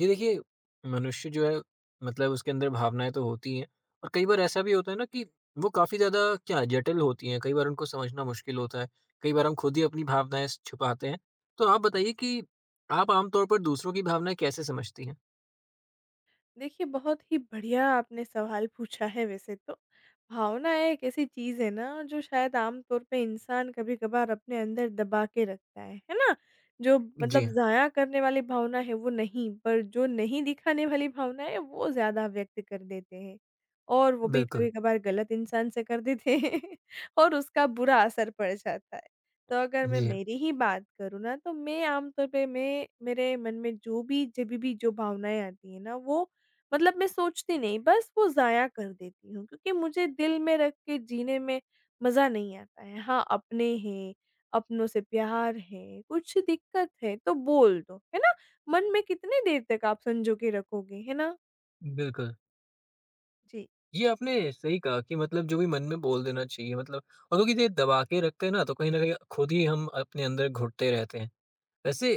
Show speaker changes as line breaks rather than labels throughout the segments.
जी देखिए, मनुष्य जो है मतलब उसके अंदर भावनाएँ तो होती ही हैं। और कई बार ऐसा भी होता है ना कि वो काफ़ी ज़्यादा क्या जटिल होती हैं, कई बार उनको समझना मुश्किल होता है, कई बार हम खुद ही अपनी भावनाएँ स छुपाते हैं। तो आप बताइए कि आप आम तौर पर दूसरों की भावनाएँ कैसे समझती हैं?
देखिए, बहुत ही बढ़िया आपने सवाल पूछा है वैसे तो। भावना एक ऐसी चीज़ है ना जो शायद आम तौर पे इंसान कभी-कभार अपने अंदर दबा के रखता है ना? जो
जी
मतलब
हाँ,
ज़ाया करने वाली भावना है वो नहीं, पर जो नहीं दिखाने वाली भावना है वो ज़्यादा व्यक्त कर देते हैं। और वो भी
बिल्कुल।
कभी-कभार गलत इंसान से कर देते हैं और उसका बुरा असर पड़ जाता है। तो अगर मैं
जी हाँ,
मेरी ही बात करूँ ना तो मैं आम तौर पे मैं मेरे मन में जो भी जभी भी जो भावनाएँ आती हैं ना वो मतलब मैं सोचती नहीं, बस वो ज़ाया कर देती हूँ क्योंकि मुझे दिल में रख के जीने में मज़ा नहीं आता है। हाँ, अपने हैं, अपनों से प्यार है, कुछ दिक्कत है तो बोल दो, है ना? मन में कितनी देर तक आप संजो के रखोगे, है ना?
बिल्कुल।
जी।
ये आपने सही कहा कि मतलब जो भी मन में बोल देना चाहिए मतलब और क्योंकि ये दबा के रखते हैं ना तो कहीं न कहीं खुद ही हम अपने अंदर घुटते रहते हैं। वैसे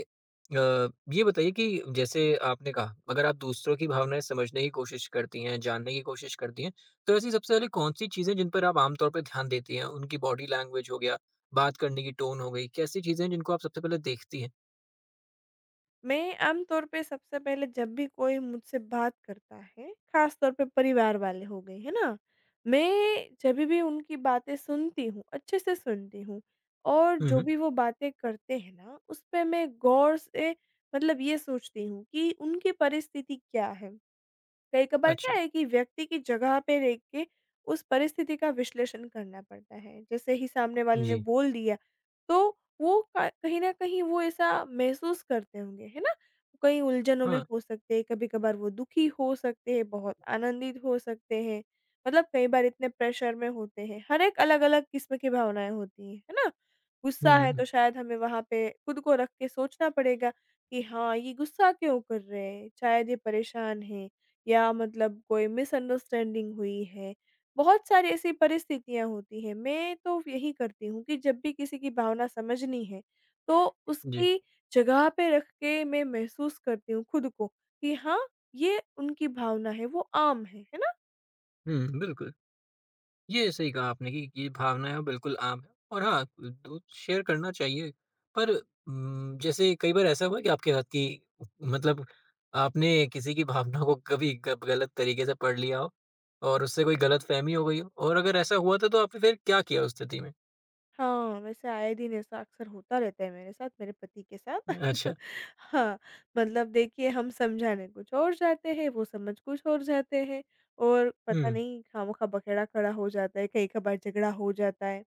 ये बताइए कि जैसे आपने कहा, अगर आप दूसरों की भावनाएँ समझने की कोशिश करती हैं, जानने की कोशिश करती हैं, तो ऐसी सबसे पहले कौन-सी चीज़ें जिन पर आप आम तौर पे ध्यान देती हैं? उनकी बॉडी लैंग्वेज हो गया, बात करने की टोन हो गई, कैसी चीज़ें हैं जिनको आप सबसे पहले देखती हैं?
मैं आमतौर पे सबसे पहले जब भी कोई मुझसे बात करता है, ख़ास तौर पे परिवार वाले हो गए, है ना? मैं जभी भी उनकी बातें सुनती हूँ, अच्छे से सुनती हूँ और
हुँ,
जो
हुँ।
भी वो बातें करते हैं ना, उस पे मैं गौर से मतलब ये सोचती हूँ कि उनकी परिस्थिति क्या है? कई-कभार क्या
अच्छा।
है कि व्यक्ति की जगह पे रह के उस परिस्थिति का विश्लेषण करना पड़ता है। जैसे ही सामने वाले ने
जी।
बोल दिया, तो वो क कहीं न कहीं वो ऐसा महसूस करते होंगे, है ना? कई उलझनों में
हाँ।
हो सकते हैं, कभी-कभार वो दुखी हो सकते हैं, बहुत आनंदित हो सकते हैं। मतलब कई बार इतने प्रेशर में होते हैं। हर एक अलग-अलग किस्म की भावनाएँ होती हैं, है ना?
हुँ,
गुस्सा
हुँ,
है
हुँ।
तो शायद हमें वहाँ पे खुद को रख के सोचना पड़ेगा कि हाँ, ये गुस्सा क्यों कर रहे हैं? शायद ये परेशान हैं। या मतलब कोई मिसअंडरस्टैंडिंग हुई है, बहुत सारी ऐसी परिस्थितियाँ होती हैं। मैं तो यही करती हूँ कि जब भी किसी की भावना समझनी है, तो
जी।
उसकी जगह पे रख के मैं महसूस करती हूँ खुद को कि हाँ, ये उनकी भावना है, वो आम है ना?
हुँ, बिल्कुल। ये सही कहा आपने कि ये भावनाएँ बिल्कुल आम है और हाँ, दो शेयर करना चाहिए। पर जैसे कई बार ऐसा हुआ है कि आपके साथ कि मतलब आपने किसी की भावना को कभी ग गलत तरीके से पढ़ लिया हो और उससे कोई गलतफ़हमी हो गई हो? और अगर ऐसा हुआ था तो आपने फिर क्या किया उस स्थिति में?
हाँ, वैसे आए दिन ऐसा अक्सर होता रहता है मेरे साथ, मेरे पति के साथ।
अच्छा।
हाँ, मतलब देखिए हम समझाने कुछ और जाते हैं, वो समझ कुछ और जाते हैं और पता
हुँ,
नहीं खामोखा बखेड़ा खड़ा हो जाता है, कहीं कभार झगड़ा हो जाता है।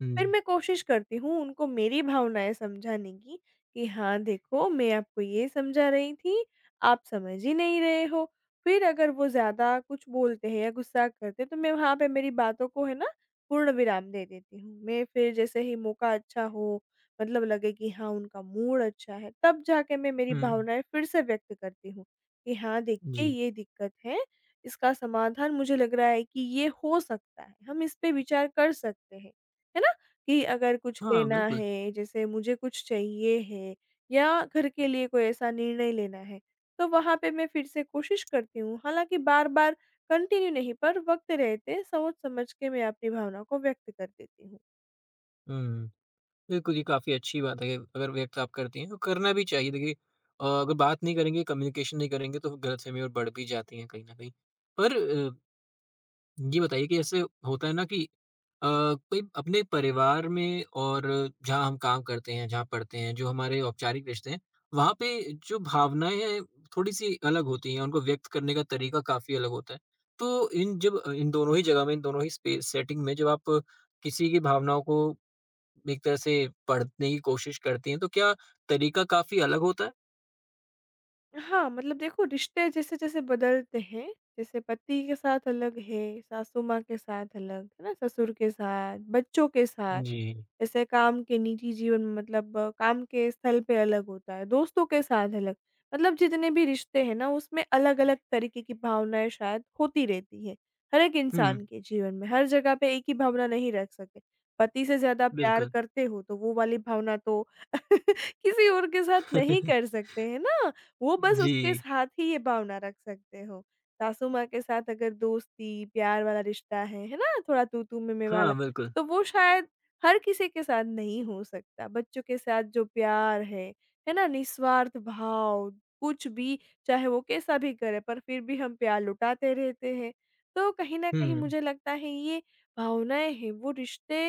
हुँ,
फिर
जी।
मैं कोशिश करती हूँ उनको मेरी भावनाएँ समझाने की, कि हाँ, देखो मैं आपको ये समझा रही थी, आप समझ ही नहीं रहे हो। फिर अगर वो ज़्यादा कुछ बोलते हैं या गुस्सा करते हैं तो मैं वहाँ पे मेरी बातों को है ना पूर्ण विराम दे देती हूँ। मैं फिर जैसे ही मौका अच्छा हो, मतलब लगे कि हाँ, उनका मूड अच्छा है, तब जाके मैं मेरी
हुँ,
भावनाएँ फिर से व्यक्त करती हूँ, कि हाँ, देखिए
जी।
ये दिक्कत है, इसका समाधान मुझे लग रहा है कि ये हो सकता है, हम इस पे विचार कर सकते हैं। है ना? कि अगर कुछ
हाँ,
लेना
बिल्कुल।
है, जैसे मुझे कुछ चाहिए है या घर के लिए कोई ऐसा निर्णय लेना है, तो वहाँ पे मैं फिर से कोशिश करती हूँ। हालाँकि बार-बार कंटिन्यू नहीं पर वक़्त रहते सोच समझ के मैं अपनी भावना को व्यक्त कर देती हूँ।
हुँ। बिल्कुल, ये काफ़ी अच्छी बात है, कि अगर व्यक्त आप करती हैं, तो करना भी चाहिए। देखिए अगर बात नहीं करेंगे, कम्युनिकेशन नहीं करेंगे, तो गलतफ़हमी और बढ़ भी जाती हैं कहीं न कहीं। पर ये बताइए कि ऐसे होता है ना कि कोई अपने परिवार में और जहाँ हम काम करते हैं, जहाँ पढ़ते हैं, जो हमारे औपचारिक रिश्ते हैं, वहाँ पे जो भावनाएँ हैं, थोड़ी-सी अलग होती हैं, उनको व्यक्त करने का तरीका काफ़ी अलग होता है। तो इन दोनों ही जगह में, इन दोनों ही स्पे सेटिंग में जब आप किसी की भावनाओं को एक तरह से पढ़ने की कोशिश करती हैं, तो क्या तरीका काफ़ी अलग होता है?
हाँ, मतलब देखो रिश्ते जैसे-जैसे बदलते हैं, जैसे पति के साथ अलग है, सासू माँ के साथ अलग, है ना? ससुर के साथ, बच्चों के साथ,
जी।
ऐसे काम के निजी जीवन में मतलब काम के स्थल पे अलग होता है, दोस्तों के साथ अलग। मतलब जितने भी रिश्ते हैं ना उसमें अलग-अलग तरीके की भावनाएँ शायद होती रहती है, हर एक
हुँ,
इंसान के जीवन में, हर जगह पे एक ही भावना नहीं रख सकते। पति से ज़्यादा प्यार
बिल्कुल।
करते हो तो वो वाली भावना तो किसी और के साथ नहीं कर सकते, है ना? वो बस
जी।
उसके साथ ही ये भावना रख सकते हो। सासू माँ के साथ अगर दोस्ती, प्यार वाला रिश्ता है ना? थोड़ा तू-तू, मैं-मैं वाला,
हाँ, बिल्कुल।
तो वो शायद हर किसी के साथ नहीं हो सकता। बच्चों के साथ जो प्यार है ना? निस्वार्थ भाव, कुछ भी चाहे वो कैसा भी करे पर फिर भी हम प्यार लुटाते रहते हैं। तो कहीं न कहीं
हुँ,
मुझे लगता है ये भावनाएँ हैं वो रिश्ते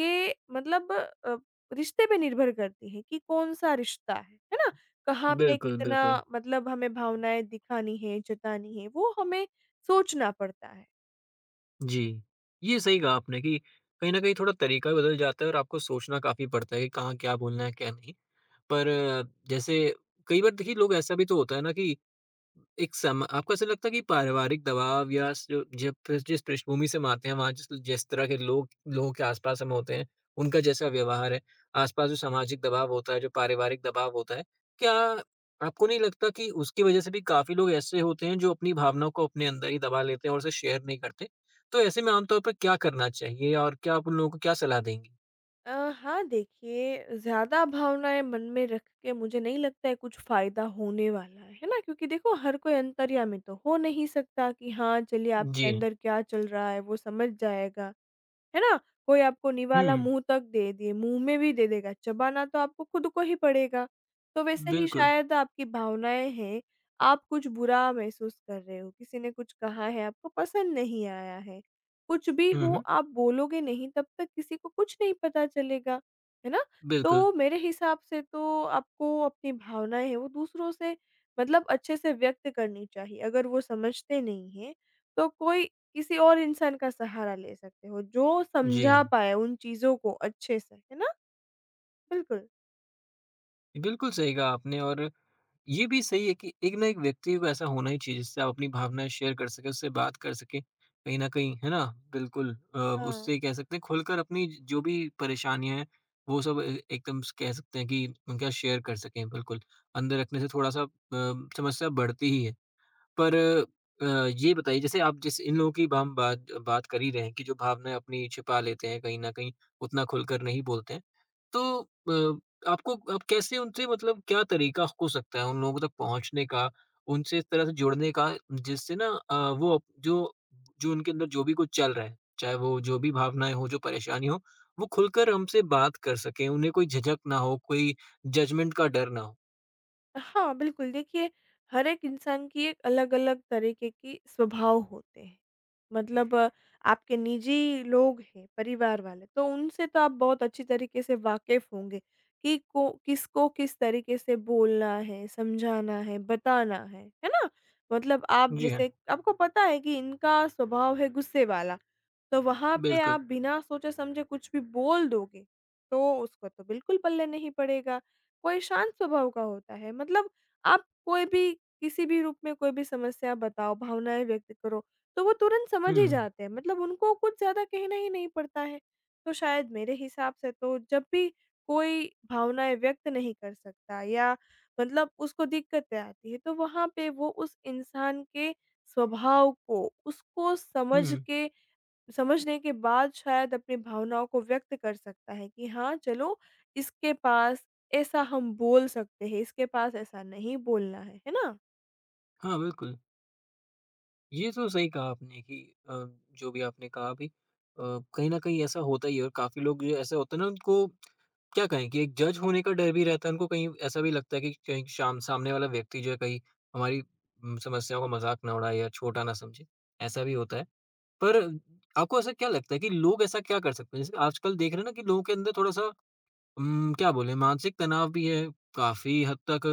के मतलब रिश्ते पे निर्भर करती हैं कि कौन-सा रिश्ता है ना? कहाँ पे कितना
बिल्कुल।
मतलब हमें भावनाएँ दिखानी है, जतानी है, वो हमें सोचना पड़ता है।
जी। ये सही कहा आपने कि कहीं न कहीं थोड़ा तरीका भी बदल जाता है और आपको सोचना काफ़ी पड़ता है कि कहाँ क्या बोलना है, क्या नहीं। पर जैसे कई बार देखिए लोग ऐसा भी तो होता है ना कि एक सम आपको ऐसा लगता है कि पारिवारिक दबाव या स जो जब फिर जिस पृष्ठभूमि से हम आते हैं, वहाँ जिस जिस तरह के लोगों के आस-पास हम होते हैं, उनका जैसा व्यवहार है, आस-पास जो सामाजिक दबाव होता है, जो पारिवारिक दबाव होता है, क्या आपको नहीं लगता कि उसकी वजह से भी काफ़ी लोग ऐसे होते हैं, जो अपनी भावनाओं को अपने अंदर ही दबा लेते हैं और उसे शेयर नहीं करते? तो ऐसे में आम तौर पर क्या करना चाहिए और क्या आप उन लोगों को क्या सलाह देंगी?
अ, हाँ देखिए, ज़्यादा भावनाएँ मन में रख के मुझे नहीं लगता है कुछ फ़ायदा होने वाला है ना? क्योंकि देखो हर कोई अंतर्यामी तो हो नहीं सकता कि हाँ, चलिए आपके
जी।
अंदर क्या चल रहा है वो समझ जाएगा। है ना? कोई आपको निवाला
हुँ,
मुँह तक दे दे, मुँह में भी दे देगा, चबाना तो आपको खुद को ही पड़ेगा। तो वैसे ही
बिल्कुल।
शायद आपकी भावनाएँ हैं, आप कुछ बुरा महसूस कर रहे हो, किसी ने कुछ कहा है, आपको पसंद नहीं आया है। कुछ भी
हुँ,
हो
हुँ,
आप बोलोगे नहीं तब तक किसी को कुछ नहीं पता चलेगा, है ना?
बिल्कुल।
तो मेरे हिसाब से तो आपको अपनी भावनाएँ हैं वो दूसरों से मतलब अच्छे से व्यक्त करनी चाहिए। अगर वो समझते नहीं हैं, तो कोई किसी और इंसान का सहारा ले सकते हो, जो
जी
समझा
हाँ,
पाए उन चीज़ों को अच्छे से, है ना? बिल्कुल।
बिल्कुल सही कहा आपने और ये भी सही है कि एक ना एक व्यक्ति को ऐसा होना ही चाहिए जिससे आप अपनी भावनाएँ शेयर कर सकें, उससे बात कर सकें। कहीं न कहीं, है ना? बिल्कुल
हाँ।
उससे कह सकते हैं खुलकर अपनी जो भी परेशानियाँ हैं, वो सब ए एकदम से कह सकते हैं कि उनके साथ शेयर कर सकें, बिल्कुल। अंदर रखने से थोड़ा-सा समस्या बढ़ती ही है। पर ये बताइए जैसे आप जैसे इन लोगों की हम बात बात कर ही रहे हैं कि जो भावनाएँ अपनी छिपा लेते हैं कहीं न कहीं उतना खुलकर नहीं बोलते हैं। तो आपको आप कैसे उनसे मतलब क्या तरीका हो सकता है उन लोगों तक पहुँचने का, उनसे इस तरह से जुड़ने का जिससे ना वो जो जो उनके अंदर जो भी कुछ चल रहा है, चाहे वो जो भी भावनाएँ हों, जो परेशानी हो, वो खुलकर हमसे बात कर सकें, उन्हें कोई झिझक ना हो, कोई जजमेंट का डर ना हो?
हाँ, बिल्कुल। देखिए, हर एक इंसान की एक अलग-अलग तरीके की स्वभाव होते हैं। मतलब आपके निजी लोग हैं, परिवार वाले, तो उनसे तो आप बहुत अच्छी तरीके से वाकिफ़ होंगे कि को किसको किस तरीके से बोलना है, समझाना है, बताना है ना? मतलब आप
जी हाँ,
जैसे आपको पता है कि इनका स्वभाव है गुस्से वाला, तो वहाँ पे
बिल्कुल।
आप बिना सोचे-समझे कुछ भी बोल दोगे, तो उसको तो बिल्कुल पल्ले नहीं पड़ेगा। कोई शांत स्वभाव का होता है मतलब आप कोई भी किसी भी रूप में कोई भी समस्या बताओ, भावनाएँ व्यक्त करो, तो वो तुरंत समझ
हुँ,
ही
हुँ।
जाते हैं मतलब उनको कुछ ज़्यादा कहना ही नहीं पड़ता है। तो शायद मेरे हिसाब से तो जब भी कोई भावनाएँ व्यक्त नहीं कर सकता या मतलब उसको दिक्कतें आती हैं, तो वहाँ पे वो उस इंसान के स्वभाव को, उसको समझ
हुँ,
के समझने के बाद शायद अपनी भावनाओं को व्यक्त कर सकता है कि हाँ, चलो इसके पास ऐसा हम बोल सकते हैं, इसके पास ऐसा नहीं बोलना है ना?
हाँ, बिल्कुल। ये तो सही कहा आपने कि अ, जो भी आपने कहा अभी कहीं न कहीं ऐसा होता ही है और काफ़ी लोग जो ऐसा होता है ना उनको क्या कहें कि एक जज होने का डर भी रहता है, उनको कहीं ऐसा भी लगता है कि कहीं शाम सामने वाला व्यक्ति जो है कहीं हमारी समस्याओं का मज़ाक ना उड़ाए या छोटा ना समझे, ऐसा भी होता है। पर आपको ऐसा क्या लगता है कि लोग ऐसा क्या कर सकते हैं? जैसे आजकल देख रहे हैं ना कि लोगों के अंदर थोड़ा-सा क्या बोले मानसिक तनाव भी है, काफ़ी हद तक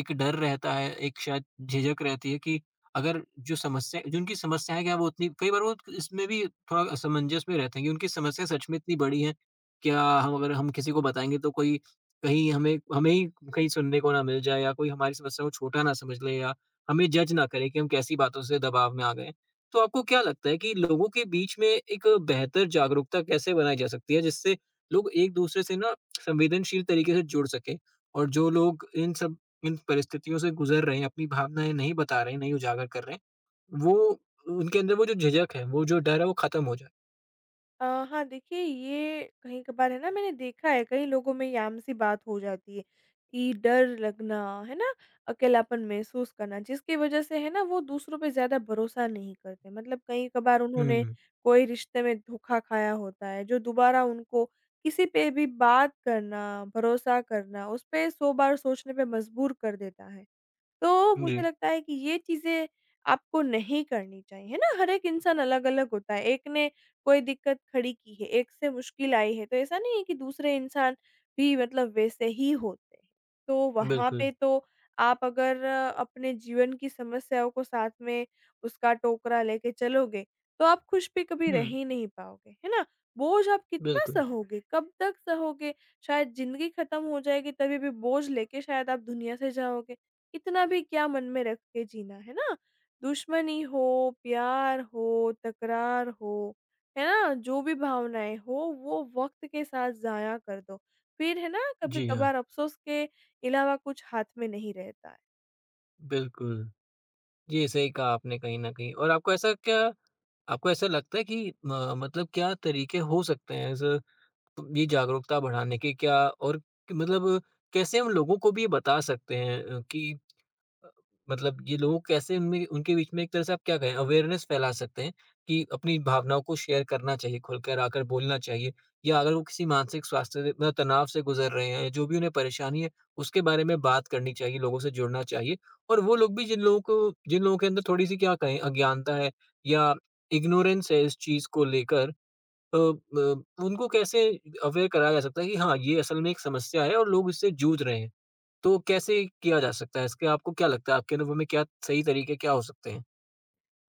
एक डर रहता है, एक शायद झिझक रहती है कि अगर जो उनकी समस्याएँ क्या वो उतनी कई बार वो इसमें भी थोड़ा असमंजस में रहते हैं कि उनकी समस्या सच में इतनी बड़ी है, क्या हम अगर हम किसी को बताएँगे तो कोई कहीं हमें हमें ही कहीं सुनने को ना मिल जाए या कोई हमारी समस्या को छोटा ना समझ ले या हमें जज ना करे कि हम कैसी बातों से दबाव में आ गए। तो आपको क्या लगता है कि लोगों के बीच में एक बेहतर जागरूकता कैसे बनाई जा सकती है जिससे लोग एक-दूसरे से ना संवेदनशील तरीके से जुड़ सके और जो लोग इन परिस्थितियों से गुजर रहे हैं, अपनी भावनाएँ नहीं बता रहे हैं, नहीं उजागर कर रहे हैं, वो उनके अंदर वो जो झिझक है, वो जो डर है, वो ख़त्म हो जाए।
हाँ, देखिए ये कहीं कभार है ना मैंने देखा है कई लोगों में ये आम-सी बात हो जाती है कि डर लगना, है ना? अकेलापन महसूस करना जिसकी वज़ह से है ना वो दूसरों पे ज़्यादा भरोसा नहीं करते। मतलब कहीं कभार उन्होंने
हुँ।
कोई रिश्ते में धोखा खाया होता है जो दोबारा उनको किसी पे भी बात करना, भरोसा करना, उस पे 100 बार सोचने पे मजबूर कर देता है। तो मुझे
जी,
लगता है कि ये चीज़ें आपको नहीं करनी चाहिए, है ना? हर एक इंसान अलग-अलग होता है, एक ने कोई दिक्कत खड़ी की है, एक से मुश्किल आई है, तो ऐसा नहीं है कि दूसरे इंसान भी मतलब वैसे ही होते हैं। तो वहाँ
बिल्कुल।
पे तो आप अगर अपने जीवन की समस्याओं को साथ में उसका टोकरा लेके चलोगे, तो आप खुश भी कभी रह
हुँ,
ही नहीं पाओगे, है ना? बोझ आप कितना
बिल्कुल।
सहोगे, कब तक सहोगे? शायद ज़िंदगी खत्म हो जाएगी तभी भी बोझ लेके शायद आप दुनिया से जाओगे। इतना भी क्या मन में रख के जीना, है ना? दुश्मनी हो, प्यार हो, तकरार हो, है ना? जो भी भावनाएँ हो वो वक़्त के साथ ज़ाया कर दो। फिर है ना
जी हाँ,
कभी-कभार अफ़सोस के अलावा कुछ हाथ में नहीं रहता।
बिल्कुल। जी, सही कहा आपने कहीं न कहीं और आपको ऐसा लगता है कि म मतलब क्या तरीके हो सकते हैं ऐसे ये जागरूकता बढ़ाने के क्या और मतलब कैसे हम लोगों को भी ये बता सकते हैं कि अ, मतलब ये लोग कैसे उनमें उनके बीच में एक तरह से आप क्या कहें अवेयरनेस फैला सकते हैं कि अपनी भावनाओं को शेयर करना चाहिए, खुलकर आकर बोलना चाहिए या अगर वो किसी मतलब तनाव से गुज़र रहे हैं, जो भी उन्हें परेशानी है, उसके बारे में बात करनी चाहिए, लोगों से जुड़ना चाहिए और वो लोग भी जिन लोगों के अंदर थोड़ी-सी क्या कहें अज्ञानता है या इग्नोरेंस है इस चीज़ को लेकर अ, ब उनको कैसे अवेयर कराया जा सकता है कि हाँ, ये असल में एक समस्या है और लोग इससे जूझ रहे हैं। तो कैसे किया जा सकता है? इसके आपको क्या लगता है आपके अनुभव में क्या सही तरीके क्या हो सकते हैं?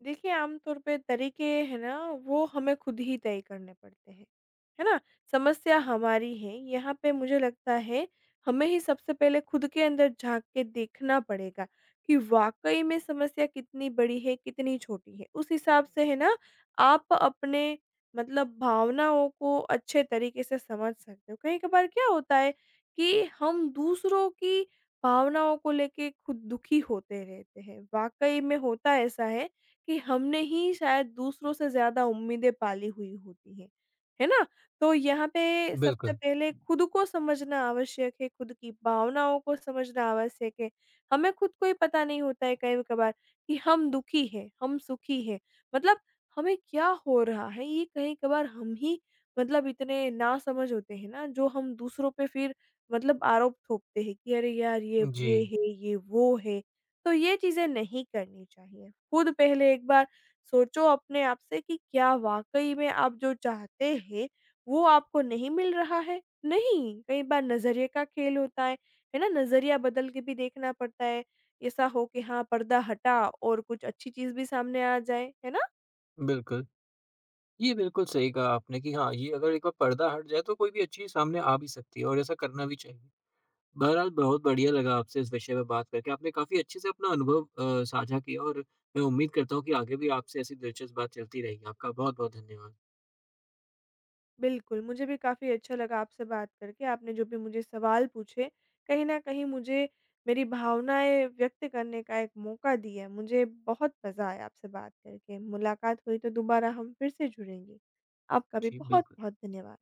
देखिए, आमतौर पे तरीके हैं ना, वो हमें खुद ही तय करने पड़ते हैं, है ना? समस्या हमारी है, यहाँ पे मुझे लगता है हमें ही सबसे पहले खुद के अंदर झाँक के देखना पड़ेगा कि वाक़ई में समस्या कितनी बड़ी है, कितनी छोटी है। उस हिसाब से है ना, आप अपने मतलब भावनाओं को अच्छे तरीके से समझ सकते हो। कहीं-कभार क्या होता है कि हम दूसरों की भावनाओं को लेके खुद दुखी होते रहते हैं, वाक़ई में होता ऐसा है कि हमने ही शायद दूसरों से ज़्यादा उम्मीदें पाली हुई होती हैं, है ना? तो यहाँ पे सबसे
बिल्कुल।
पहले खुद को समझना आवश्यक है, खुद की भावनाओं को समझना आवश्यक है। हमें खुद को ही पता नहीं होता है कई-कभार कि हम दुखी हैं, हम सुखी हैं, मतलब हमें क्या हो रहा है ये कई-कभार हम ही मतलब इतने नासमझ होते हैं ना, जो हम दूसरों पे फिर मतलब आरोप थोपते हैं कि अरे यार! ये
जी,
है, ये वो है। तो ये चीज़ें नहीं करनी चाहिए। खुद पहले एक बार सोचो अपने आप से कि क्या वाक़ई में आप जो चाहते हैं, वो आपको नहीं मिल रहा है? नहीं, कई बार नज़रिए का खेल होता है ना? नज़रिया बदल के भी देखना पड़ता है। ऐसा हो कि हाँ, पर्दा हटा और कुछ अच्छी चीज़ भी सामने आ जाए, है ना?
बिल्कुल। ये बिल्कुल सही कहा आपने कि हाँ, ये अगर एक बार पर्दा हट जाए तो कोई भी अच्छी चीज़ सामने आ भी सकती है और ऐसा करना भी चाहिए। बहरहाल बहुत बढ़िया लगा आपसे इस विषय पे बात करके। आपने काफ़ी अच्छे से अपना अनुभव साझा किया और मैं उम्मीद करता हूँ कि आगे भी आपसे ऐसी दिलचस्प बात चलती रहेगी। आपका बहुत-बहुत धन्यवाद।
बिल्कुल, मुझे भी काफ़ी अच्छा लगा आपसे बात करके। आपने जो भी मुझे सवाल पूछे, कहीं न कहीं मुझे मेरी भावनाएँ व्यक्त करने का एक मौका दिया। मुझे बहुत मज़ा आया आपसे बात करके। मुलाकात हुई तो दोबारा हम फिर से जुड़ेंगे। आपका भी
जी, बिल्कुल।
बहुत-बहुत धन्यवाद।